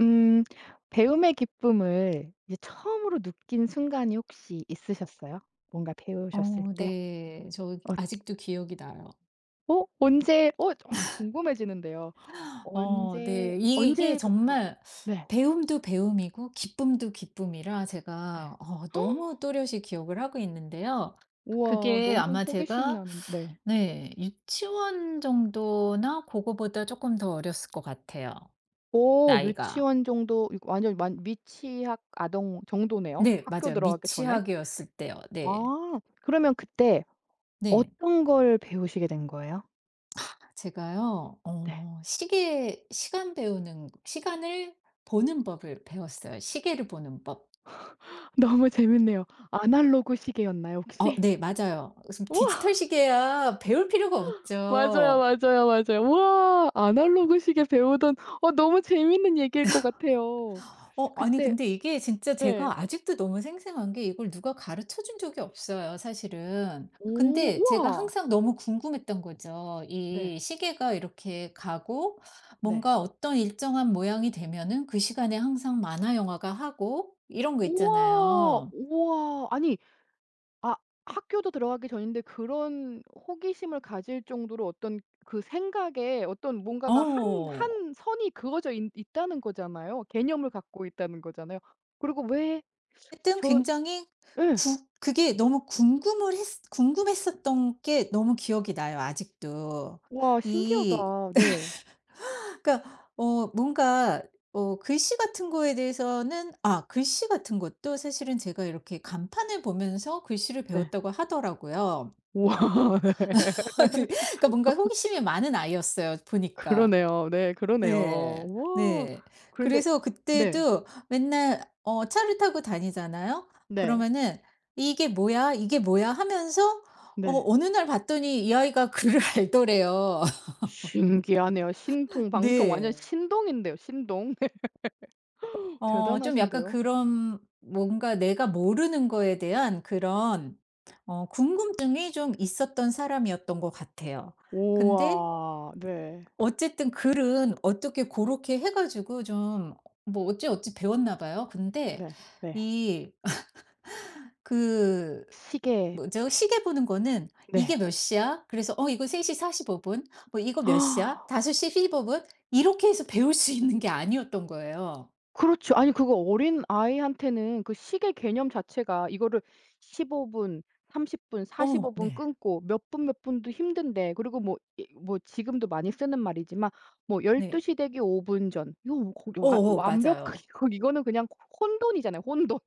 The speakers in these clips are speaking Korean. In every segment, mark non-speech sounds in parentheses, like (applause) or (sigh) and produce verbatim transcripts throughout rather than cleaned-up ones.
음. 배움의 기쁨을 이제 처음으로 느낀 순간이 혹시 있으셨어요? 뭔가 배우셨을 어 때? 네. 저 어 아직도 기억이 나요. 어 언제 어 아 궁금해지는데요. 어 언제 네. 이- 이게 언제부터? 정말 네. 배움도 배움이고 기쁨도 기쁨이라 네. 제가 어 (gasps) 너무 또렷이 기억을 하고 있는데요. 우와, 그게 너무 아마 호기심 제가, 나는, 네. 네, 유치원 정도나 그거보다 조금 더 어렸을 것 같아요, 오, 나이가. 유치원 정도. 이거 완전 완 미취학 아동 정도네요, 네, 학교 맞아요. 들어가기 전에. 미취학이었을 때요. 네. 아, 그러면 그때 네. 어떤 걸 배우시게 된 거예요? 제가요. 네. 어 시계 시간 배우는 시간을 보는 법을 배웠어요. 시계를 보는 법. (laughs) 너무 재밌네요. 아날로그 시계였나요, 어 혹시? 네, 맞아요. 무슨 우와. 디지털 시계야 배울 필요가 맞아요, 없죠. 맞아요, 맞아요. 우와. 아날로그 시계 배우던, 어 너무 재밌는 얘기일 것 같아요. 어 아니, 그때. 근데 이게 진짜 네. 제가 아직도 너무 생생한 게 이걸 누가 가르쳐 준 적이 없어요 사실은. 오, 근데 제가 우와. 항상 너무 궁금했던 거죠. 네. 이 시계가 이렇게 가고 네. 뭔가 어떤 일정한 모양이 되면은 그 시간에 항상 만화 영화가 하고 이런 거 우와. 있잖아요. 우와. 아니, 아 학교도 들어가기 전인데 그런 호기심을 가질 정도로, 어떤 그 생각에 어떤 뭔가가, 한 어. 한 선이 그어져 있 있다는 거잖아요. 개념을 갖고 있다는 거잖아요. 그리고 왜, 하여튼 저 굉장히, 예. 구 그게 너무 궁금을 했 궁금했었던 게 너무 기억이 나요 아직도. 와, 신기하다. 이 네. 그러니까, 어 뭔가, 어 글씨 같은 거에 대해서는 아 글씨 같은 것도 사실은 제가 이렇게 간판을 보면서 글씨를 네. 배웠다고 하더라고요. 우와. (laughs) 그 그러니까 뭔가 호기심이 많은 아이였어요 보니까. 그러네요. 네, 그러네요. 네. 와. 네. 그런데. 그래서 네. 그때도 맨날 어 차를 타고 다니잖아요. 네. 그러면은 "이게 뭐야? 이게 뭐야?" 하면서, 어 네. 어느 날 봤더니 이 아이가 (laughs) 글을 알더래요. 신기하네요. 신통 방통, 완전 네. 신동인데요, 신동. 네. (laughs) 어 좀 약간 대단하신데요. 그런 뭔가 내가 모르는 거에 대한 그런, 어 궁금증이 좀 있었던 사람이었던 것 같아요. 근데 우와. 네. 어쨌든 글은 어떻게 그렇게 해 가지고 좀, 뭐, 어찌 어찌 배웠나 봐요. 근데 네. 네. 이 (laughs) 그 시계. 뭐죠? 시계 보는 거는 '이게 네. 몇 시야?' 그래서 '어 이거 세 시 사십오 분.' 뭐 '이거 몇 시야? 다섯 시 십오 분.' 이렇게 해서 배울 수 있는 게 아니었던 거예요. 그렇죠. 아니, 그거 어린아이한테는 그 시계 개념 자체가, 이거를 십오 분, 삼십 분, 45어 분 네. 끊고, 몇 분, 몇 분도 힘든데. 그리고 뭐 뭐 지금도 많이 쓰는 말이지만, 뭐 12 네. 시 되기 오 분 전, 이거, 거기, 와, 어어 완벽하게 맞아요. (laughs) 거 이거는 그냥 혼돈이잖아요, 혼돈.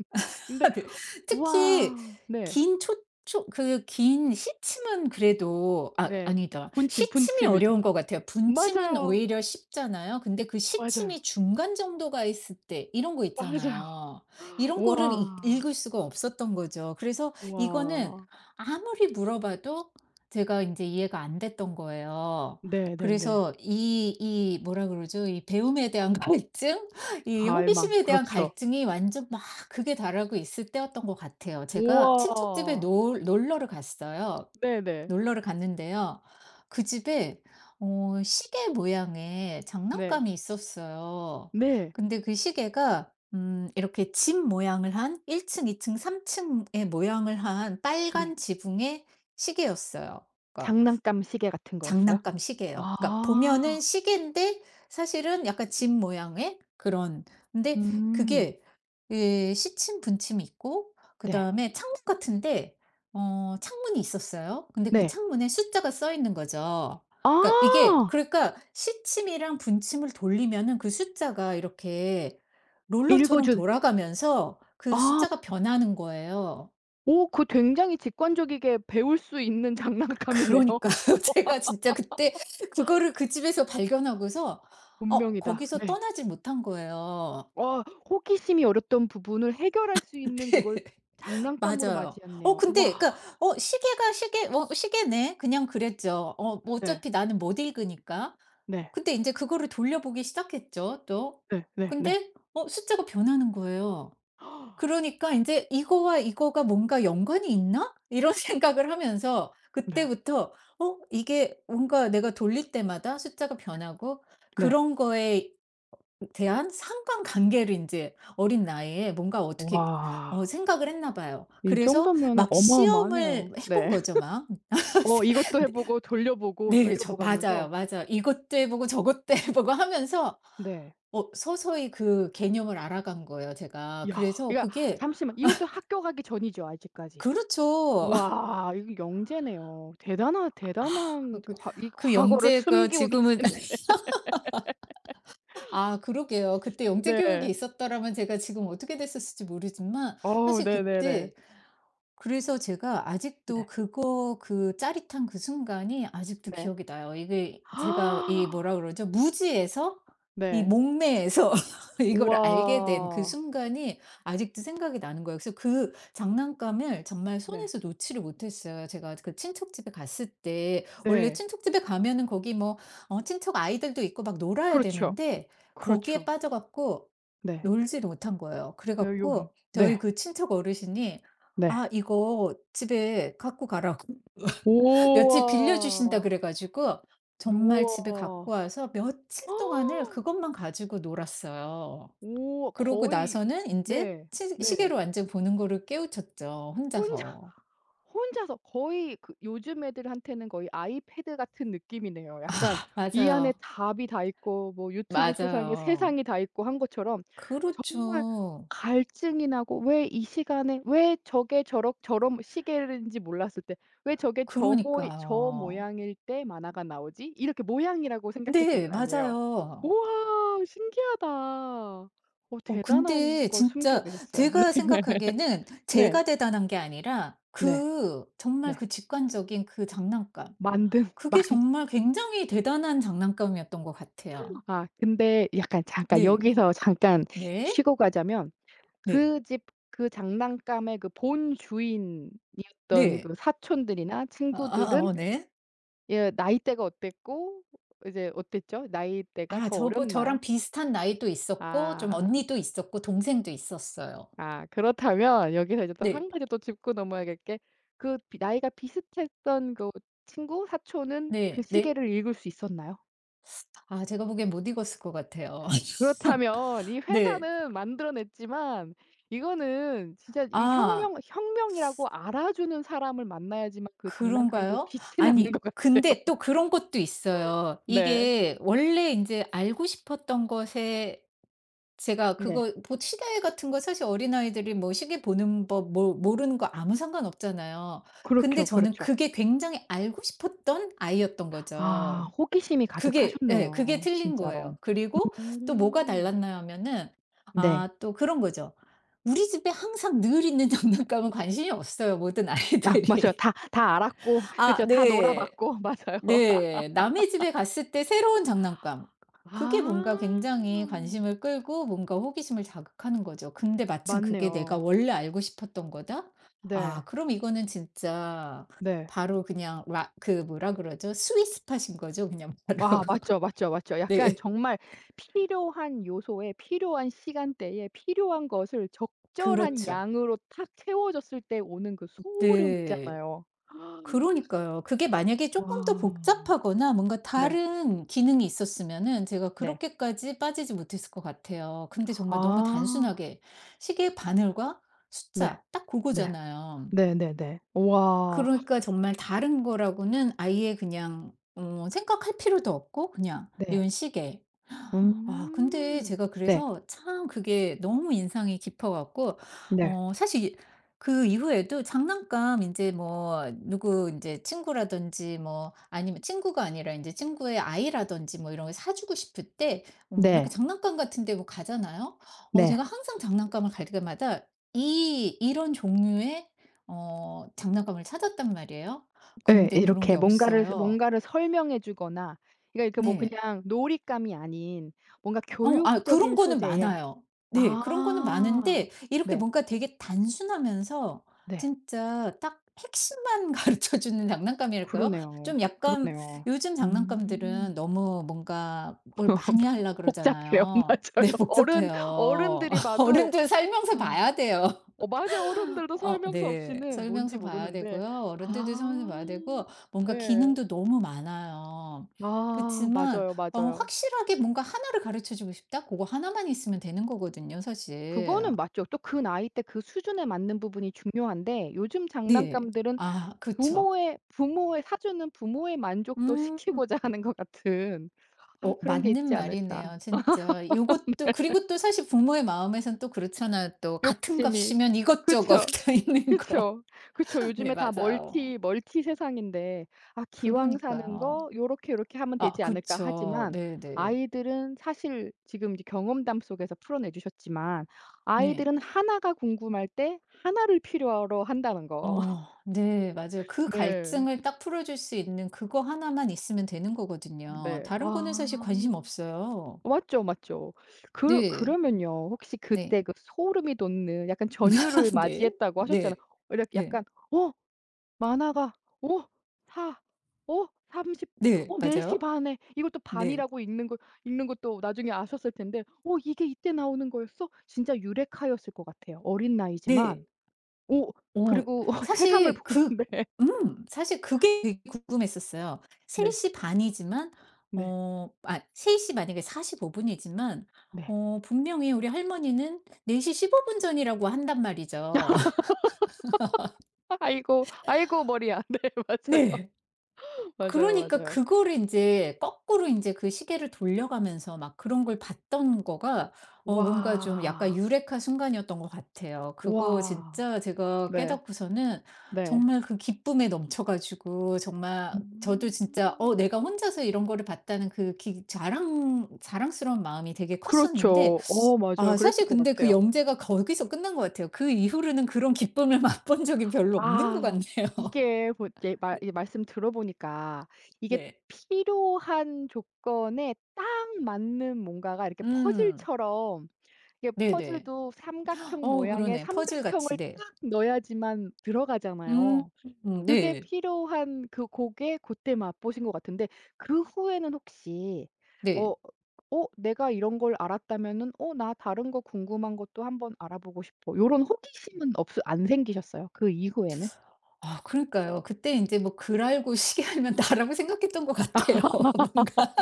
근데. (laughs) 네. 특히 와. 네. 긴 초초 그 긴 시침은 그래도, 아, 네. 아니다. 분침, 시침이 분침이죠. 어려운 것 같아요. 분침은 맞아요. 오히려 쉽잖아요. 근데 그 맞아요. 시침이 중간 정도가 있을 때 이런 거 맞아요. 있잖아요. 이런 거를 읽 와. 읽을 수가 없었던 거죠. 그래서 이거는 와. 아무리 물어봐도 제가 이제 이해가 안 됐던 거예요. 네네네. 그래서 이 이 뭐라 그러죠? 이 배움에 대한 (laughs) 갈증? 이 가을망. 호기심에 대한 그렇죠. 갈증이 완전 막 극에 달하고 있을 때였던 것 같아요. 제가 친척 집에 우와. 놀 놀러를 갔어요. 네네. 놀러를 갔는데요. 그 집에, 어 시계 모양의 네. 장난감이 있었어요. 네. 근데 그 시계가 음 이렇게 집 모양을 한 일 층, 이 층, 삼 층의 모양을 한 네. 빨간 지붕의 시계였어요. 그러니까 장난감 시계 같은 거였어요? 장난감 시계예요. 그러니까 아. 보면은 시계인데 사실은 약간 집 모양의 그런. 근데 음. 그게, 예, 시침 분침이 있고 네. 그다음에 창문 같은데, 어 창문이 있었어요. 근데 그 네. 창문에 숫자가 써 있는 거죠. 아. 그러니까 이게, 그러니까 시침이랑 분침을 돌리면은 그 숫자가 이렇게 읽어 롤러처럼 준. 돌아가면서 그 아. 숫자가 변하는 거예요. 오, 그 굉장히 직관적이게 배울 수 있는 장난감이네요. 그러니까요. (laughs) (laughs) 제가 진짜 그때 그거를 그 집에서 발견하고서 어 운명이다. 거기서 네. 떠나질 못한 거예요. 와. 호기심이 어렸던 부분을 해결할 수 (laughs) 있는 네. 그걸 장난감으로 맞아요. 어 맞이했네요. 와. 근데 그니까, 어 시계가 시계 어 '시계네.' 그냥 그랬죠. 어 뭐, 네. 어차피 나는 못 읽으니까. 네. 근데 이제 그거를 돌려보기 시작했죠 또. 네. 네. 네. 근데 어 숫자가 변하는 거예요. 그러니까 이제 '이거와 이거가 뭔가 연관이 있나?' 이런 (laughs) 생각을 하면서 네. 그때부터 어 이게 뭔가 내가 돌릴 때마다 숫자가 변하고 네. 그런 거에 대한 상관관계를 이제 어린 나이에 뭔가 어떻게 어 와. 생각을 했나 봐요. 이 그래서 정도면은 막 시험을 어마어마하네요. 해본 네. 거죠 막. 어 이것도 (laughs) 해 네. 보고 돌려보고, 네. 저 돌려보고 하면서. 맞아요, 맞아요. 이것도 해 보고 저것도 (laughs) 해 보고 하면서 네. 어 서서히 그 개념을 알아간 거예요 제가. 야, 그래서 그러니까 그게, 잠시만, 이것도 학교 가기 전이죠, 아직까지. 그렇죠. (laughs) 와, 이거 영재네요. 대단하 아 대단한 그 과 이 그 과거를 영재가 숨기고 (laughs) 지금은 계시는. (laughs) 아 그러게요. 그때 영재 교육이 네. 있었더라면 제가 지금 어떻게 됐었을지 모르지만 어 사실 네네네. 그때. 그래서 제가 아직도 네. 그거 그 짜릿한 그 순간이 아직도 네. 기억이 나요. 이게 제가, 이 (gasps) 뭐라 그러죠? 무지에서 이 네. 목매에서 (laughs) 이걸 알게 된 그 우와. 순간이 아직도 생각이 나는 거예요. 그래서 그 장난감을 정말 네. 손에서 놓지를 못했어요. 제가 그 친척집에 갔을 때 원래 네. 친척집에 가면은 거기, 뭐, 어, 친척 아이들도 있고 막 놀아야 그렇죠. 되는데 거기에 그렇죠. 빠져갖고 네. 놀지를 못한 거예요. 여 요 그래갖고 네. 저희 그 친척 어르신이 네. '아 이거 집에 갖고 가라'고 (laughs) 며칠 빌려주신다 우와. 그래 가지고 정말 우와. 집에 갖고 (gasps) 와서 며칠 아, 동안을 그것만 가지고 놀았어요. 오, 그러고 거의. 나서는 이제 네. 치 시계 네. 로 완전 보는 거를 깨우쳤죠, 혼자 혼자서. 혼자서 거의, 그 요즘 애들한테는 거의 아이패드 같은 느낌이네요. 약간 이 안에 맞아요. 답이 다 있고, 뭐 유튜브 소상에 맞아요. 세상이 다 있고 한 것처럼, 정말 그렇죠. 갈증이 나고, '왜 이 시간에, 왜 저게 저럭 저런 시계인지 몰랐을 때, 왜 저게 저 모 저 그러니까요. 모양일 때 만화가 나오지?' 이렇게 모양이라고 생각했을 네, 거 아니에요. 맞아요. 우와, 신기하다. 어 어 대단한 근데 걸 숨기고 진짜 계셨어요. 제가 (laughs) 네. 생각하기에는 네. 제가 대단한 게 아니라 네. 그 정말 네. 그 직관적인 그 장난감. 만든 (laughs) 만 그게 정말 굉장히 대단한 장난감이었던 것 같아요. 아 근데 약간, 잠깐 네. 여기서 잠깐 네. 쉬고 가자면, 네. 그 집 그 장난감의 그 본 주인이었던 네. 그 사촌들이나 아아 어 친구들은, 어, 네. 예, 나이대가 어땠고, 이제 어땠죠? 나이대가 아 더 저 저랑 어렸나요? 비슷한 나이도 있었고 좀 아. 언니도 있었고 동생도 있었어요. 아, 그렇다면 여기서 이제 또 네. 한 가지 또 짚고 넘어야 될 게, 그 비 나이가 비슷했던 그 친구 사촌은 그 네. 네. 시계를 읽을 수 있었나요? 아 제가 보기엔 못 익었을 것 같아요. (laughs) 그렇다면 이 네. 회사는 만들어냈지만, 이거는 진짜 이 혁명 아. 혁명이라고 알아주는 사람을 만나야지만 그 장난감도 그런가요? 빛이 (laughs) 나는 아니, 것 같아요. 근데 또 그런 것도 있어요. 네. 이게 원래 인제 알고 싶었던 것에, 제가 네. 그거, 뭐, 시대 같은 거 사실 어린아이들이 뭐 시계 보는 법 뭐 모르는 거 아무 상관없잖아요. 근데 그렇죠, 저는 그렇죠. 그게 굉장히 알고 싶었던 아이였던 아, 거죠. 호기심이 그게, 예, 그게 가득하셨네요, 틀린 진짜로. 거예요. 그리고 또 뭐가 음. 달랐나 하면은, 네. 아, 또 그런 거죠. 우리 집에 항상 늘 있는 (laughs) 장난감은 관심이 없어요, 모든 아 (laughs) 맞아요. 아이들이. 다 다 알았고, 아 그죠. 다 놀아 네. 봤고 (laughs) 맞아요. 네. 남의 집에 갔을 때 새로운 장난감. 그게 아. 뭔가 굉장히 관심을 끌고 뭔가 호기심을 자극하는 거죠. 근데 마침 그게 내가 맞네요. 원래 알고 싶었던 거다? 네. 아, 그럼 이거는 진짜 네. 바로 그냥, 라 그 뭐라 그러죠? 스윗 스팟인 거죠 그냥 바로. 와, (laughs) 맞죠, 맞죠, 맞죠. 약간, 네. 정말 필요한 요소에, 필요한 시간대에, 필요한 것을 적절한 그렇죠. 양으로 탁 채워졌을 때 오는 그 소름 네. 있잖아요. (gasps) 그러니까요. 그게 만약에 와. 조금 더 복잡하거나 뭔가 네. 다른 기능이 있었으면은 제가 네. 그렇게까지 빠지지 못했을 것 같아요. 근데 정말 너무 아. 단순하게 시계 바늘과 네. 숫자 딱 그거 네. 잖아요 네네네. 와. 그러니까 정말 다른 거라고는 아예 그냥 어 생각할 필요도 없고 그냥 네. '이건 시계.' 아 근데 음. 제가 네. 그래서 참 그게 너무 인상이 깊어 갖고 네. 어 사실 그 이후에도 장난감 이제, 뭐, 누구 이제 친구라든지 뭐, 아니면 친구가 아니라 이제 친구의 아이라든지 뭐 이런 거 사 주고 싶을 때, 어, 뭐, 이렇게 네. 장난감 같은 데 뭐 가잖아요. 어 네. 제가 항상 장난감을 갈 때마다 이 이런 종류의 어 장난감을 찾았단 말이에요. 예. 근데 그런 이렇게 게 뭔가를, 없어요. 뭔가를 설명해 주거나, 그러니까 이렇게 뭐 네. 그냥 놀잇감이 아닌, 뭔가 어 아 교육적인 그런 거는 소재의. 많아요. 네, 그런 거는 아. 많은데 이렇게 네. 뭔가 되게 단순하면서 네. 진짜 딱 핵심만 (laughs) 가르쳐 주는 장난감이랄까요? 그러네요. 좀 약간 그러네요. 요즘 음. 장난감들은 너무 뭔가 뭘 많이 (laughs) 하려 복잡해요. 그러잖아요. 맞아요. 네, 어른. 복잡해요. 어른들이 (laughs) 봐도. 어른들 설명서 아. 봐야 돼요. 어, 맞아요. 어른들도 어 설명서 네. 없이는 뭔지 설명서 봐야 모르는데. 되고요. 어른들도 아. 설명서 봐야 되고 뭔가 네. 기능도 너무 많아요. 그렇지아, 만 맞아요, 어 맞아요. 확실하게 뭔가 하나를 가르쳐 주고 싶다? 그거 하나만 있으면 되는 거거든요 사실. 그거는 맞죠. 또 그 나이 때, 그 수준에 맞는 부분이 중요한데, 요즘 네. 장난감들은 아 그쵸. 부모의 부모의 사주는 부모의 만족도 음. 시키고자 하는 것 같은, 아, 어 그런 게 맞는 있지 않을까. 말이네요 진짜. 요것도, 그리고 또 사실 부모의 마음에선 또 그렇잖아요. 또 같은 욕심이. 값이면 이것저것 그쵸. (laughs) 다 있는 거. 그쵸. 그쵸. 네, 요즘에 다 맞아요. 멀티 멀티 세상인데, '아, 기왕 사는 그러니까요. 거 요렇게, 요렇게 하면 아 되지 않을까.' 그쵸. 하지만 네네. 네. 아이들은, 사실 지금 이제 경험담 속에서 풀어내 주셨지만, 네. 네. 아이들은 하나가 궁금할 때 하나를 필요로 한다는 거. 어 네, 맞아요. 그 네. 갈증을 딱 풀어 줄 수 있는 그거 하나만 있으면 되는 거거든요. 네. 다른 와. 거는 사실 관심 없어요. 맞죠, 맞죠. 그러 네. 그러면요, 혹시 네. 그때 그 소름이 돋는, 약간 전율을 (laughs) 네. 맞이했다고 하셨잖아요. 네. 이렇게 네. 약간, '어 만화가 어 사 삼십, 네. 어4시 맞아요. 반에 이걸 또 네. 반이라고 읽는 거 읽는 것도 나중에 아셨을 텐데, '어 이게 이때 나오는 거였어?' 진짜 유레카였을 것 같아요. 어린 네. 나이지만. 오. 어 그리고 (laughs) 어 세상을 사실 그 보는데 (laughs) 음 사실 그게 되게 궁금했었어요. 3 네. 시반 이지만 네. 어 아세 시 반 이게 사십오 분이지만, 네. 어 분명히 우리 할머니는 네 시 십오 분 전이라고 한단 말이죠. (laughs) 아이고, 아이고 머리야. (laughs) 네, 맞아요. 네. 맞아요, 그러니까 맞아요. 그거를 인제 거꾸로, 인제 그 시계를 돌려가면서 막 그런 걸 봤던 거가 어 뭔가 좀 약간 와. 유레카 순간이었던 것 같아요. 그거 와. 진짜 제가 네. 깨닫고서는 네. 정말 그 기쁨에 넘쳐 가지고 정말 저도 음. 진짜 어 내가 혼자서 이런 거를 봤다는 그 기 자랑 자랑스러운 마음이 되게 컸었는데. 그렇죠. 어 맞아요. 아 그랬을 사실 것 근데 그 같아요. 영재가 거기서 끝난 것 같아요. 그 이후로는 그런 기쁨을 (laughs) 맛본 적이 별로 없는 것 아, 같네요. 이게, 뭐 이제 말 (laughs) 네. 이 말씀 들어보니까, 이게 네. 필요한 조건에 딱 맞는 뭔가가 이렇게 음. 퍼즐처럼, 이게 네네. 퍼즐도 삼각형 어 모양의 그러네. 삼각형을 퍼즐같이. 네. 딱 넣어야지만 음, 들어가잖아요. 음, 그게 네. 필요한 그 곡에 그때 맛보신 것 같은데. 그 후에는 혹시, 어 네. 어 '내가 이런 걸 알았다면은, 어, 나 다른 거 궁금한 것도 한번 알아보고 싶어.' 요런 호기심은 없 안 생기셨어요? 그 이후에는? 아 그러니까요. 그때 인제, 뭐, 글 알고 시계 알면 (laughs) 나라고 생각했던 것 같아요 (laughs) 뭔가.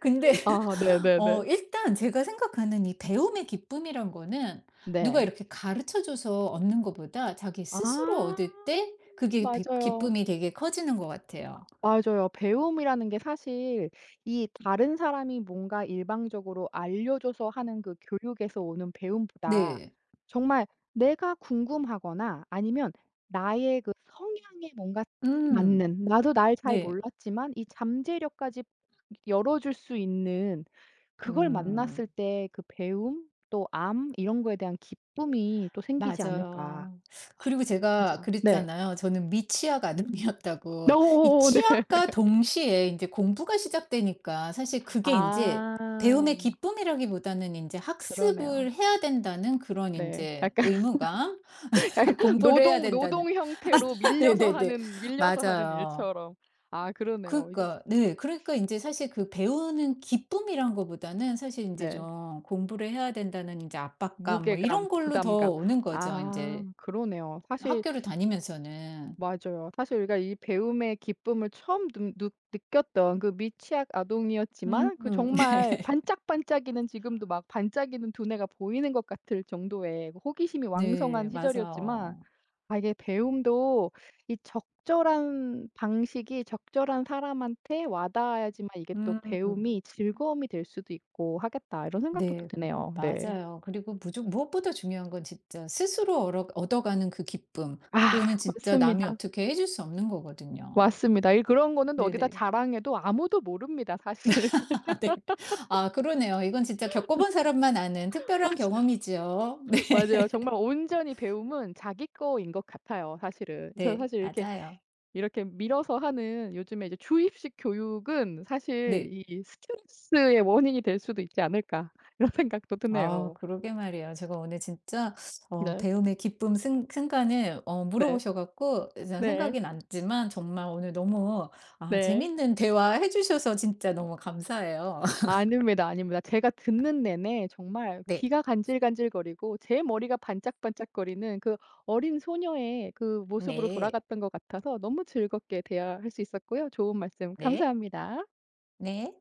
근데, 아, 어 네네네. 일단 제가 생각하는 이 배움의 기쁨이란 거는 누가 네. 이렇게 가르쳐 줘서 얻는 것보다 자기 스스로 아, 얻을 때 그게, 비- 맞아요. 기쁨이 되게 커지는 것 같아요. 맞아요. 배움이라는 게 사실 이 다른 사람이 뭔가 일방적으로 알려줘서 하는 그 교육에서 오는 배움보다, 네. 정말 내가 궁금하거나 아니면 나의 그 성향에 뭔가 딱 음. 맞는, 나도 날 잘 네. 몰랐지만 이 잠재력까지 열어줄 수 있는 그걸 음. 만났을 때, 그 배움, 또 암 이런 거에 대한 기쁨이 또 생기지 않을까. 맞아요. 그리고 제가 진짜. 네. 그랬잖아요. 저는 미취학 아동이었다고. 이 네. 네. 취학과 동시에 인제 공부가 시작되니까 사실 그게 인제 아. 배움의 기쁨이라기보다는 인제 그러네요. 학습을 해야 된다는 그런 네. 인제 약간 의무감? (laughs) 약간 (laughs) 공부를 해야 노동 된다는. 노동 형태로, (laughs) 밀려서 네네네. 하는 밀려서 하는 맞아요. 일처럼. 아, 그러네요. 이제 지 그러니까, 네, 그러니까 인제 사실 그 배우는 기쁨이란 거보다는 사실 인제 네. 좀 공부를 해야 된다는 인제 압박감 뭐 무게감, 이런 걸로 더 부담감. 오는 거죠 아, 인제. 그러네요. 사실, 학교를 다니면서는. 맞아요. 사실 우리가 이 배움의 기쁨을 처음 느 느 느꼈던 그 미취학 음. 아동이었지만, 그 정말 (laughs) 반짝반짝이는, 지금도 막 반짝이는 두뇌가 보이는 것 같을 정도의 호기심이 네. 왕성한 시절이었지만, 맞아요. 아, 이게 배움도 이 적절한 방식이 적절한 사람한테 와 닿아야지만 이게 또 음. 배움이 즐거움이 될 수도 있고 하겠다. 이런 생각도 또 네. 드네요. 네. 맞아요. 그리고 무조 무엇보다 중요한 건 진짜 스스로 어 얻어가는 그 기쁨. 아, 그거는 진짜 남이 맞습니다. 어떻게 해줄 수 없는 거거든요. 맞습니다. 이, 그런 거는 또 어디다 네네. 자랑해도 아무도 모릅니다, 사실. (laughs) 네. 아 그러네요. 이건 진짜 겪어본 사람만 아는 (laughs) 특별한 맞아 경험이지요. (laughs) 네. 맞아요. 정말 온전히 배움은 자기 거인 것 같아요, 사실은. 그래서 네. 사실 이렇게 맞아요. 이렇게 밀어서 하는 요즘에 이제 주입식 교육은 사실 네. 이 '스트레스의 원인이 될 수도 있지 않을까.' (laughs) 이런 생각도 아 드네요. 그러게 말이에요. 제가 오늘 진짜 어 네. 배움의 기쁨 순 순간을 어 네. 물어보셔 갖고 이제 네. 생각이 났지만 정말 오늘 너무, 아 네. 재밌는 대화해 주셔서 진짜 너무 감사해요. (laughs) 아닙니다, 아닙니다. 제가 듣는 내내 정말 네. 귀가 간질간질거리고 제 머리가 반짝반짝거리는 그 어린 소녀의 그 모습으로 네. 돌아갔던 것 같아서 너무 즐겁게 대화할 수 있었고요. 좋은 말씀 네. 감사합니다. 네.